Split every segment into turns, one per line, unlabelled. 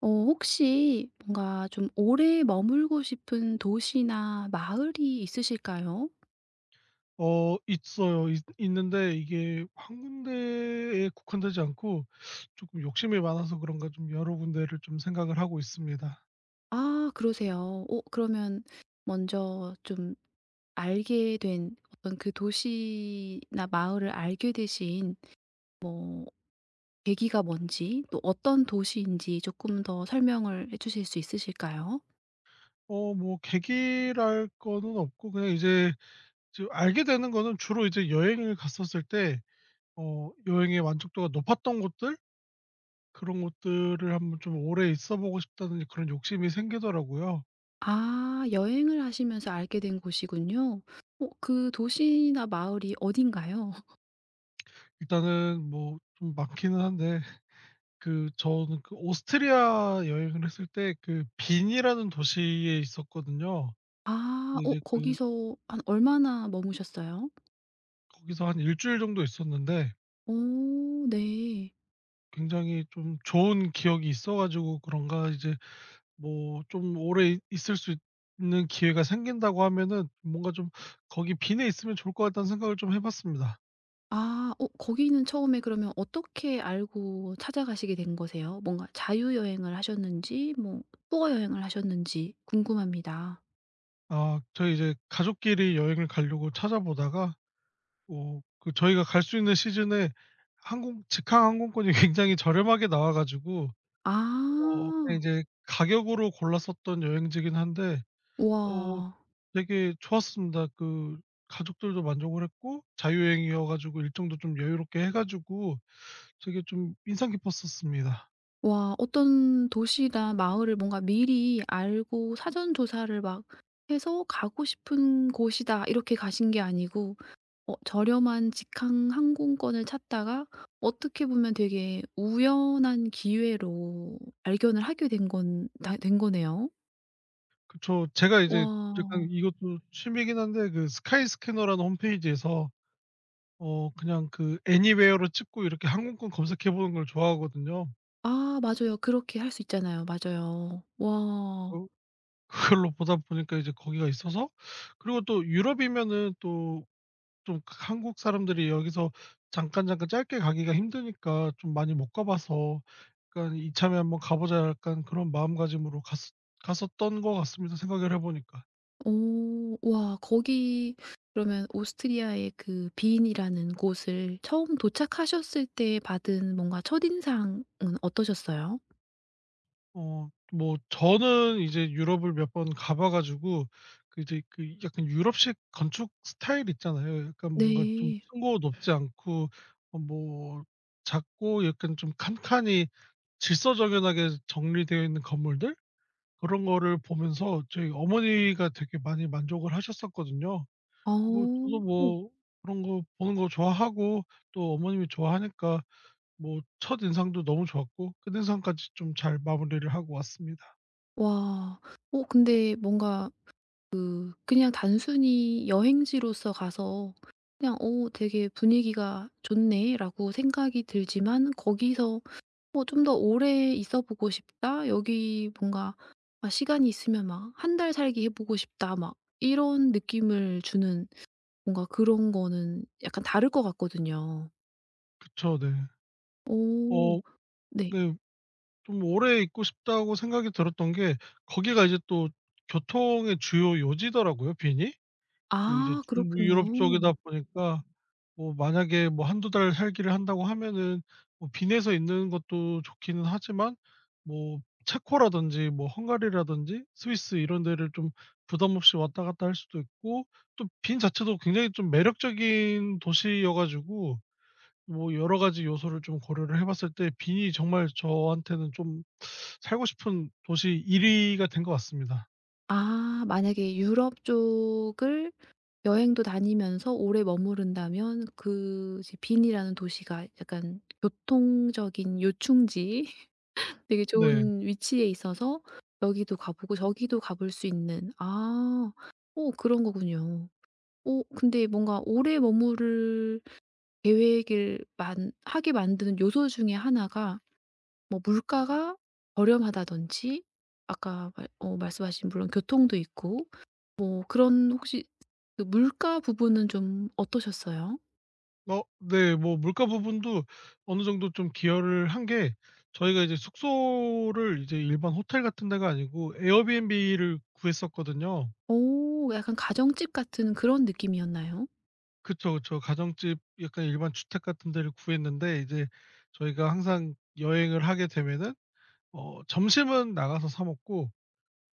어 혹시 뭔가 좀 오래 머물고 싶은 도시나 마을이 있으실까요?
있어요. 있 있는데 이게 한 군데에 국한되지 않고 조금 욕심이 많아서 그런가 좀 여러 군데를 좀 생각을 하고 있습니다.
아 그러세요. 어 그러면 먼저 좀 알게 된 어떤 그 도시나 마을을 알게 되신 뭐 계기가 뭔지 또 어떤 도시인지 조금 더 설명을 해 주실 수 있으실까요?
뭐 계기랄 거는 없고 그냥 이제 지금 알게 되는 거는 주로 이제 여행을 갔었을 때, 여행의 만족도가 높았던 곳들, 그런 곳들을 한번 좀 오래 있어 보고 싶다는 그런 욕심이 생기더라고요.
아 여행을 하시면서 알게 된 곳이군요. 어 그 도시나 마을이 어딘가요?
일단은 뭐 좀 많기는 한데, 그 저는 그 오스트리아 여행을 했을 때 그 빈이라는 도시에 있었거든요.
아.
근데
어
이제 그,
거기서 한 얼마나 머무셨어요?
거기서 한 1주일 정도 있었는데,
오 네.
굉장히 좀 좋은 기억이 있어 가지고 그런가 이제, 뭐 좀 오래 있 있을 수 있는 기회가 생긴다고 하면은 뭔가 좀 '거기 빈에 있으면 좋을 것 같다.'는 생각을 좀 해 봤습니다.
아 어 거기는 처음에 그러면 어떻게 알고 찾아가시게 된 거세요? 뭔가 자유 여행을 하셨는지 뭐 투어 여행을 하셨는지 궁금합니다.
아 저희 이제 가족끼리 여행을 가려고 찾아보다가, 그 저희가 갈 수 있는 시즌에 항공 직항 항공권이 굉장히 저렴하게 나와 가지고, 근데
아.
제 가격으로 골랐었던 여행지긴 한데, 어
와.
되게 좋았습니다. 그 가족들도 만족을 했고 자유여행이어 가지고 일정도 좀 여유롭게 해 가지고 되게 좀 인상 깊었었습니다.
와 어떤 도시나 마을을 뭔가 미리 알고 사전 조사를 막 해서 '가고 싶은 곳이다.' 이렇게 가신 게 아니고 어 저렴한 직항 항공권을 찾다가 어떻게 보면 되게 우연한 기회로 발견을 하게 된 건 다 된 거네요.
그쵸. 제가 이제 약간
와.
이것도 취미이긴 한데, 그 스카이 스캐너라는 홈페이지에서 그냥 그 애니웨어로 찍고 이렇게 항공권 검색해 보는 걸 좋아하거든요.
아 맞아요. 그렇게 할 수 있잖아요. 맞아요. 와.
어 그걸로 보다 보니까 이제 거기가 있어서, 그리고 또 유럽이면은 또 좀, 그 한국 사람들이 여기서 잠깐 잠깐 짧게 가기가 힘드니까 좀 많이 못 가 봐서, 약간 '이참에 한번 가 보자.' 약간 그런 마음가짐으로 갔었던 것 같습니다, 생각을 해 보니까.
오 와 거기 그러면 오스트리아의 그 빈이라는 곳을 처음 도착하셨을 때 받은 뭔가 첫인상은 어떠셨어요?
뭐 저는 이제 유럽을 몇 번 가봐 가지고, 그 이제 그 약간 유럽식 건축 스타일 있잖아요. 약간 뭔가 좀
네.
층고 높지 않고, 뭐 작고 약간 좀 칸칸이 질서정연하게 정리되어 있는 건물들? 그런 거를 보면서 저희 어머니가 되게 많이 만족을 하셨었거든요. 그리고 저도
아.
뭐 그런 거 보는 거 좋아하고, 또 어머님이 좋아하니까 뭐 첫인상도 너무 좋았고 끝인상까지 좀 잘 마무리를 하고 왔습니다.
와. 어 근데 뭔가 그냥 단순히 여행지로서 가서 그냥 '어 되게 분위기가 좋네.'라고 생각이 들지만 거기서 뭐 '좀 더 오래 있어 보고 싶다.' 여기 뭔가 아 시간이 있으면 막 '한 달 살기 해 보고 싶다.' 막 이런 느낌을 주는 뭔가 그런 거는 약간 다를 것 같거든요.
그쵸. 네.
오
어
네.
네. 좀 오래 있고 싶다고 생각이 들었던 게 거기가 이제 또 교통의 주요 요지더라고요, 빈이. 그 이제
아
중부 유럽 쪽이다
그렇군요.
보니까 뭐 만약에 뭐 한두 달 살기를 한다고 하면은 뭐빈 내서 있는 것도 좋기는 하지만, 뭐 체코라든지 뭐 헝가리라든지 스위스 이런 데를 좀 부담 없이 왔다 갔다 할 수도 있고, 또 빈 자체도 굉장히 좀 매력적인 도시여 가지고 뭐 여러 가지 요소를 좀 고려를 해 봤을 때 빈이 정말 저한테는 좀 살고 싶은 도시 1위 위가 된 것 같습니다.
아 만약에 유럽 쪽을 여행도 다니면서 오래 머무른다면 그 이제 빈이라는 도시가 약간 교통적인 요충지 되게
네.
좋은 위치에 있어서 여기도 가 보고 저기도 가볼 수 있는 아. 오 그런 거군요. 오, 근데 뭔가 오래 머무를 계획을 만 하게 만드는 요소 중에 하나가 뭐 물가가 저렴하다든지 아까 말 어 말씀하신 물론 교통도 있고 뭐 그런 혹시 그 물가 부분은 좀 어떠셨어요?
어 네. 뭐 물가 부분도 어느 정도 좀 기여를 한 게 저희가 이제 숙소를 이제 일반 호텔 같은 데가 아니고 에어비앤비를 구했었거든요.
오 약간 가정집 같은 그런 느낌이었나요?
그쵸, 그쵸. 가정집 약간 일반 주택 같은 데를 구했는데 이제 저희가 항상 여행을 하게 되면은 점심은 나가서 사 먹고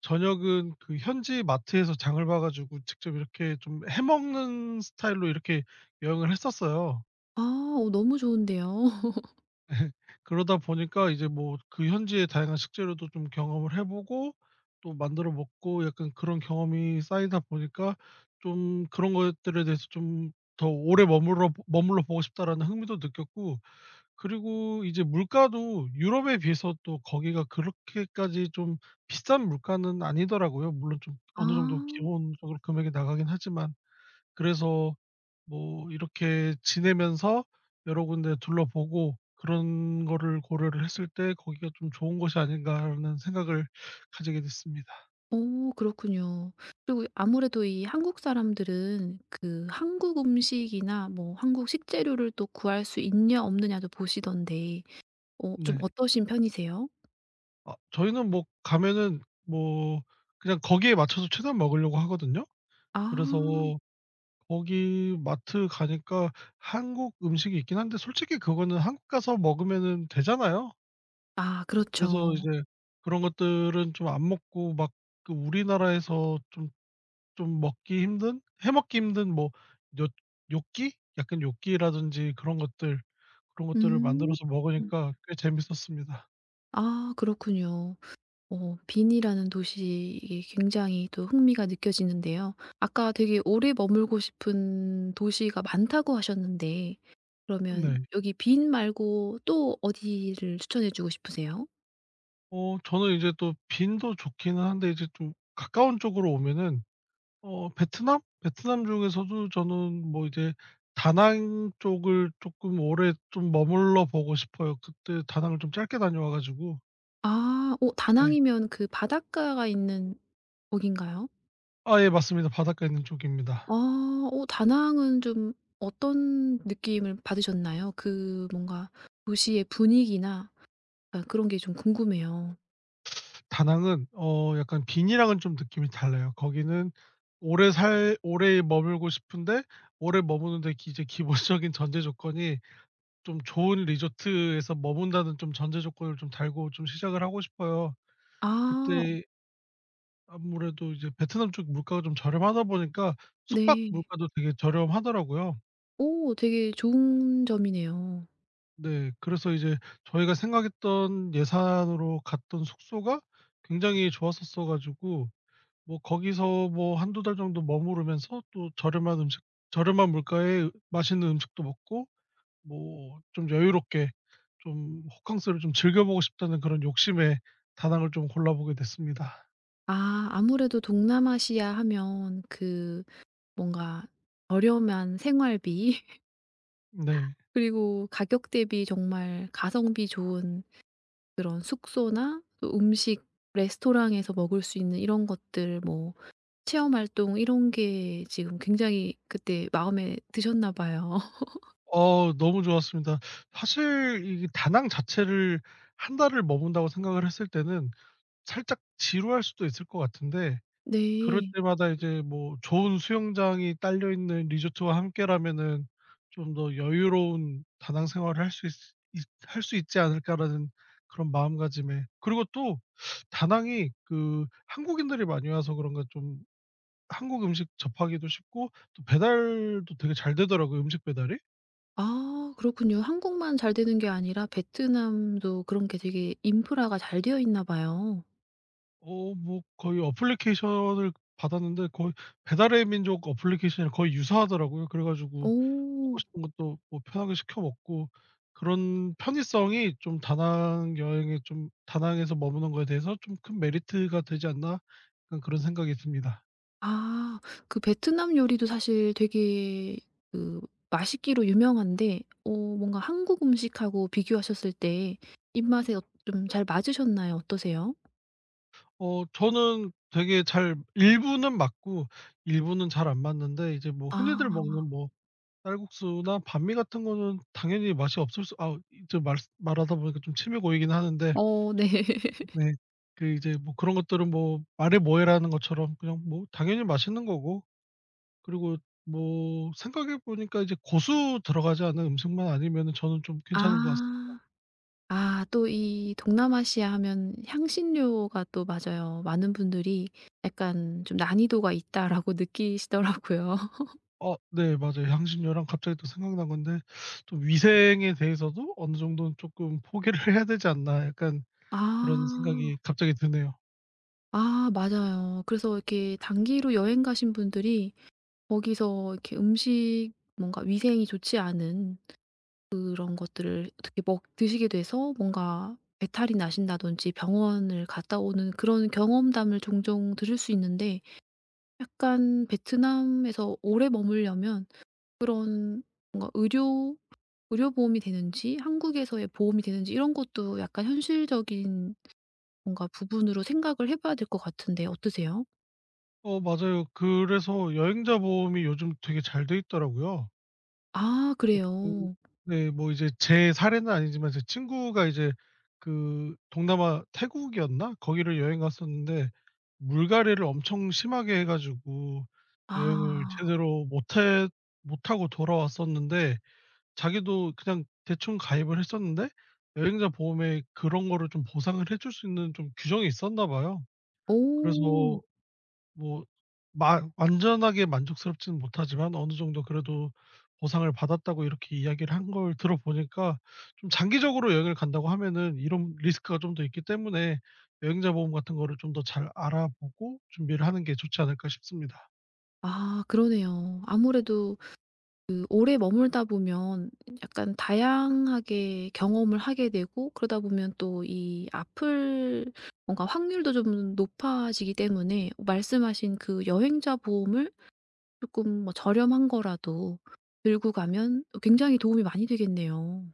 저녁은 그 현지 마트에서 장을 봐 가지고 직접 이렇게 좀 해 먹는 스타일로 이렇게 여행을 했었어요.
아 어 너무 좋은데요.
그러다 보니까 이제 뭐 그 현지의 다양한 식재료도 좀 경험을 해 보고 또 만들어 먹고 약간 그런 경험이 쌓이다 보니까 좀 그런 것들에 대해서 좀 더 오래 머물러 보고 싶다라는 흥미도 느꼈고, 그리고 이제 물가도 유럽에 비해서 또 거기가 그렇게까지 좀 비싼 물가는 아니더라고요. 물론 좀 어느 정도
아
기본적으로 금액이 나가긴 하지만. 그래서 뭐 이렇게 지내면서 여러 군데 둘러보고 그런 거를 고려를 했을 때 '거기가 좀 좋은 곳이 아닌가.'라는 생각을 가지게 됐습니다.
오, 그렇군요. 그리고 아무래도 이 한국 사람들은 그 한국 음식이나 뭐 한국 식재료를 또 구할 수 있냐 없느냐도 보시던데 어 좀
네.
어떠신 편이세요?
아 저희는 뭐 가면은 뭐 그냥 거기에 맞춰서 최대한 먹으려고 하거든요. 그래서
아.
거기 마트 가니까 한국 음식이 있긴 한데 솔직히 그거는 한국 가서 먹으면은 되잖아요.
아
그래서
그렇죠.
이제 그런 것들은 좀 안 먹고 막, 그 우리나라에서 좀 먹기 힘든 해먹기 힘든 뭐요, 뇨끼? 약간 요끼라든지 그런 것들, 그런 것들을
음.
만들어서 먹으니까 꽤 재밌었습니다.
아 그렇군요. 어 빈이라는 도시에 굉장히 또 흥미가 느껴지는데요. 아까 되게 오래 머물고 싶은 도시가 많다고 하셨는데 그러면
네.
여기 빈 말고 또 어디를 추천해 주고 싶으세요?
저는 이제 또 빈도 좋기는 한데 이제 좀 가까운 쪽으로 오면은, 베트남? 베트남 중에서도 저는 뭐 이제 다낭 쪽을 쪼끔 오래 좀 머물러 보고 싶어요. 그때 다낭을 좀 짧게 다녀와 가지고.
아 오
네.
다낭이면 그 바닷가가 있는 거긴가요?
아 예, 맞습니다. 바닷가 있는 쪽입니다.
아 오 다낭은 좀 어떤 느낌을 받으셨나요? 그 뭔가 도시의 분위기나 약간 그런 게 좀 궁금해요.
다낭은 약간 빈이랑은 좀 느낌이 달라요. 거기는 오래 머물고 싶은데, 오래 머무는데 기 이제 기본적인 전제 조건이 좀 좋은 리조트에서 머문다는 좀 전제 조건을 좀 달고 좀 시작을 하고 싶어요.
아
그때 아무래도 이제 베트남 쪽 물가가 좀 저렴하다 보니까 숙박
네.
물가도 되게 저렴하더라고요.
오 되게 좋은 점이네요.
네. 그래서 이제 저희가 생각했던 예산으로 갔던 숙소가 굉장히 좋았었어 가지고 뭐 거기서 뭐 한두 달 정도 머무르면서 또 저렴한 음식, 저렴한 물가에 맛있는 음식도 먹고 뭐 좀 여유롭게 좀 호캉스를 좀 즐겨 보고 싶다는 그런 욕심에 다낭을 좀 골라 보게 됐습니다.
아 아무래도 동남아시아 하면 그 뭔가 저렴한 생활비
네.
그리고 가격 대비 정말 가성비 좋은 그런 숙소나 또 음식 레스토랑에서 먹을 수 있는 이런 것들 뭐 체험 활동 이런 게 지금 굉장히 그때 마음에 드셨나 봐요.
너무 좋았습니다. 사실 이 다낭 자체를 한 달을 머문다고 생각을 했을 때는 살짝 지루할 수도 있을 것 같은데, 그럴
네.
때마다 이제 뭐 좋은 수영장이 딸려 있는 리조트와 함께라면은 좀 더 여유로운 다낭 생활을 할 수 있지 않을까라는 그런 마음가짐에, 그리고 또 다낭이 그 한국인들이 많이 와서 그런가 좀 한국 음식 접하기도 쉽고 또 배달도 되게 잘 되더라고요, 음식 배달이.
아 그렇군요. 한국만 잘 되는 게 아니라 베트남도 그런 게 되게 인프라가 잘 되어 있나 봐요.
뭐 거의 어플리케이션을 받았는데 거의 배달의 민족 어플리케이션이랑 거의 유사하더라고요. 그래 가지고 먹고
오.
싶은 것도 뭐 편하게 시켜 먹고 그런 편의성이 좀 '다낭 여행에 좀 다낭에서 머무는 거에 대해서 좀 큰 메리트가 되지 않나?' 약간 그런 생각이 듭니다.
아 그 베트남 요리도 사실 되게 그 맛있기로 유명한데 어 뭔가 한국 음식하고 비교하셨을 때 입맛에 어 좀 잘 맞으셨나요? 어떠세요?
저는 되게 잘 일부는 맞고 일부는 잘 안 맞는데, 이제 뭐 흔히들
아.
먹는 뭐 쌀국수나 반미 같은 거는 당연히 맛이 없을 수 아이말 말하다 보니까 좀 침이 고이긴 하는데.
어 네.
네. 그 이제 뭐 그런 것들은 뭐 말해 뭐해라는 것처럼 그냥 뭐 당연히 맛있는 거고, 그리고 뭐 생각해 보니까 이제 고수 들어가지 않은 음식만 아니면은 저는 좀 괜찮은 것 같습니다.
아. 아 또 이 동남아시아 하면 향신료가 또 맞아요. 많은 분들이 약간 좀 '난이도가 있다.'라고 느끼시더라고요.
어 네, 맞아요. 향신료랑 갑자기 또 생각난 건데 좀 '위생에 대해서도 어느 정도는 쪼끔 포기를 해야 되지 않나.' 약간
아.
그런 생각이 갑자기 드네요.
아 맞아요. 그래서 이렇게 단기로 여행 가신 분들이 거기서 이렇게 음식 뭔가 위생이 좋지 않은 그런 것들을 어떻게 먹 드시게 돼서 뭔가 배탈이 나신다든지 병원을 갔다 오는 그런 경험담을 종종 들을 수 있는데 약간 베트남에서 오래 머물려면 그런 뭔가 의료 보험이 되는지 한국에서의 보험이 되는지 이런 것도 약간 현실적인 뭔가 부분으로 생각을 해 봐야 될 것 같은데 어떠세요?
어 맞아요. 그래서 여행자 보험이 요즘 되게 잘 돼 있더라고요.
아
어
그래요.
네. 뭐 이제 제 사례는 아니지만 제 친구가 이제 그 동남아 태국이었나? 거기를 여행 갔었는데 물갈이를 엄청 심하게 해 가지고 여행을
아.
제대로 못해 못하고 돌아왔었는데, 자기도 그냥 대충 가입을 했었는데 여행자 보험에 그런 거를 좀 보상을 해줄 수 있는 좀 규정이 있었나 봐요.
오.
그래서 뭐 마 완전하게 만족스럽지는 못하지만 어느 정도 그래도 보상을 받았다고 이렇게 이야기를 한 걸 들어보니까, 좀 장기적으로 여행을 간다고 하면은 이런 리스크가 좀 더 있기 때문에 여행자 보험 같은 거를 좀 더 잘 알아보고 준비를 하는 게 좋지 않을까 싶습니다.
아 그러네요. 아무래도 그 오래 머물다 보면 약간 다양하게 경험을 하게 되고 그러다 보면 또 이 아플 뭔가 확률도 좀 높아지기 때문에 말씀하신 그 여행자 보험을 조금 뭐 저렴한 거라도 들고 가면 굉장히 도움이 많이 되겠네요.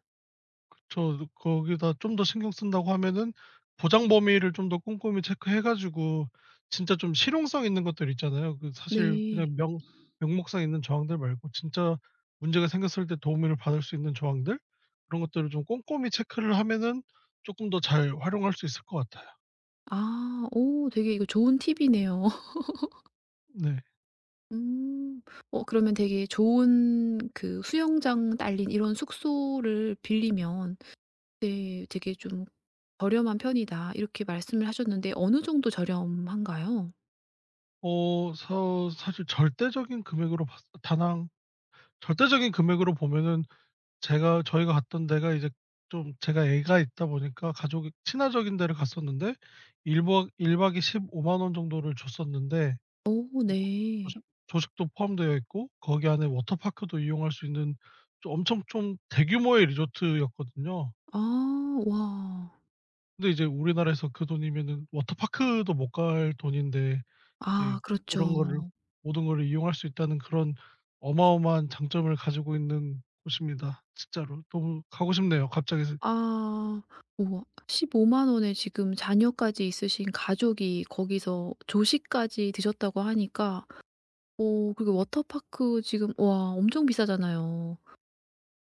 저 그 거기다 좀 더 신경 쓴다고 하면은 보장 범위를 좀 더 꼼꼼히 체크해 가지고 진짜 좀 실용성 있는 것들 있잖아요. 그 사실
네.
그냥 명 명목상 있는 저항들 말고 진짜 문제가 생겼을 때 도움을 받을 수 있는 저항들, 그런 것들을 좀 꼼꼼히 체크를 하면은 쪼끔 더 잘 활용할 수 있을 것 같아요.
아 오 되게 이거 좋은 팁이네요.
네.
음. 어 그러면 되게 좋은 그 수영장 딸린 이런 숙소를 빌리면 네. 되게 좀 "저렴한 편이다." 이렇게 말씀을 하셨는데 어느 정도 저렴한가요?
서 사실 절대적인 금액으로 봤 다낭, 절대적인 금액으로 보면은, 제가 저희가 갔던 데가 이제 좀 제가 애가 있다 보니까 가족이 친화적인 데를 갔었는데, 일박 일 박에 15만 원 정도를 줬었는데
오,
뭐 조식
네.
조식도 포함되어 있고 거기 안에 워터파크도 이용할 수 있는 좀 엄청 좀 대규모의 리조트였거든요.
아 와.
근데 이제 우리나라에서 그 돈이면은 워터파크도 못 갈 돈인데 이제
아
그런 거를
그렇죠.
모든 거를 이용할 수 있다는 그런 어마어마한 장점을 가지고 있는 곳입니다. 진짜로 너무 가고 싶네요, 갑자기.
아. 오 1 5만 원에 지금 자녀까지 있으신 가족이 거기서 조식까지 드셨다고 하니까 오, 그리고 워터파크 지금 와 엄청 비싸잖아요.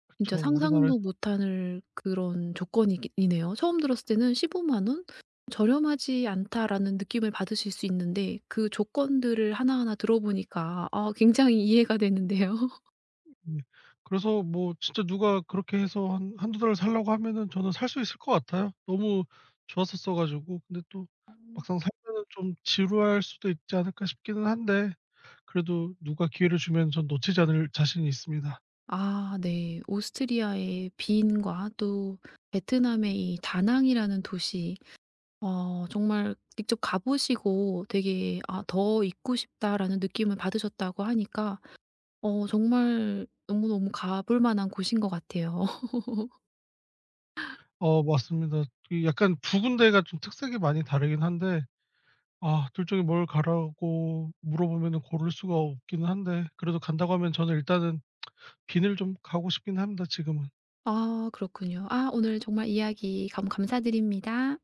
그쵸.
진짜
우리나라에서.
상상도 못할 그런 조건이네요. 처음 들었을 때는 15만 원? '저렴하지 않다.'라는 느낌을 받으실 수 있는데 그 조건들을 하나하나 들어보니까 아 굉장히 이해가 되는데요.
네. 그래서 뭐 진짜 누가 그렇게 해서 한두 달을 살라고 하면은 저는 살 수 있을 것 같아요. 너무 좋았었어 가지고. 근데 또 막상 살면은 좀 지루할 수도 있지 않을까 싶기는 한데 그래도 누가 기회를 주면 전 놓치지 않을 자신이 있습니다.
아 네. 오스트리아의 빈과 또 베트남의 이 다낭이라는 도시 어 정말 직접 가 보시고 되게 '아 더 있고 싶다.'라는 느낌을 받으셨다고 하니까 어 정말 너무너무 가볼 만한 곳인 것 같아요.
어 맞습니다. 그 약간 두 군데가 좀 특색이 많이 다르긴 한데, 아 둘 중에 뭘 가라고 물어보면은 고를 수가 없기는 한데, 그래도 간다고 하면 저는 일단은 빈을 좀 가고 싶긴 합니다, 지금은.
아 그렇군요. 아 오늘 정말 이야기 감 감사드립니다.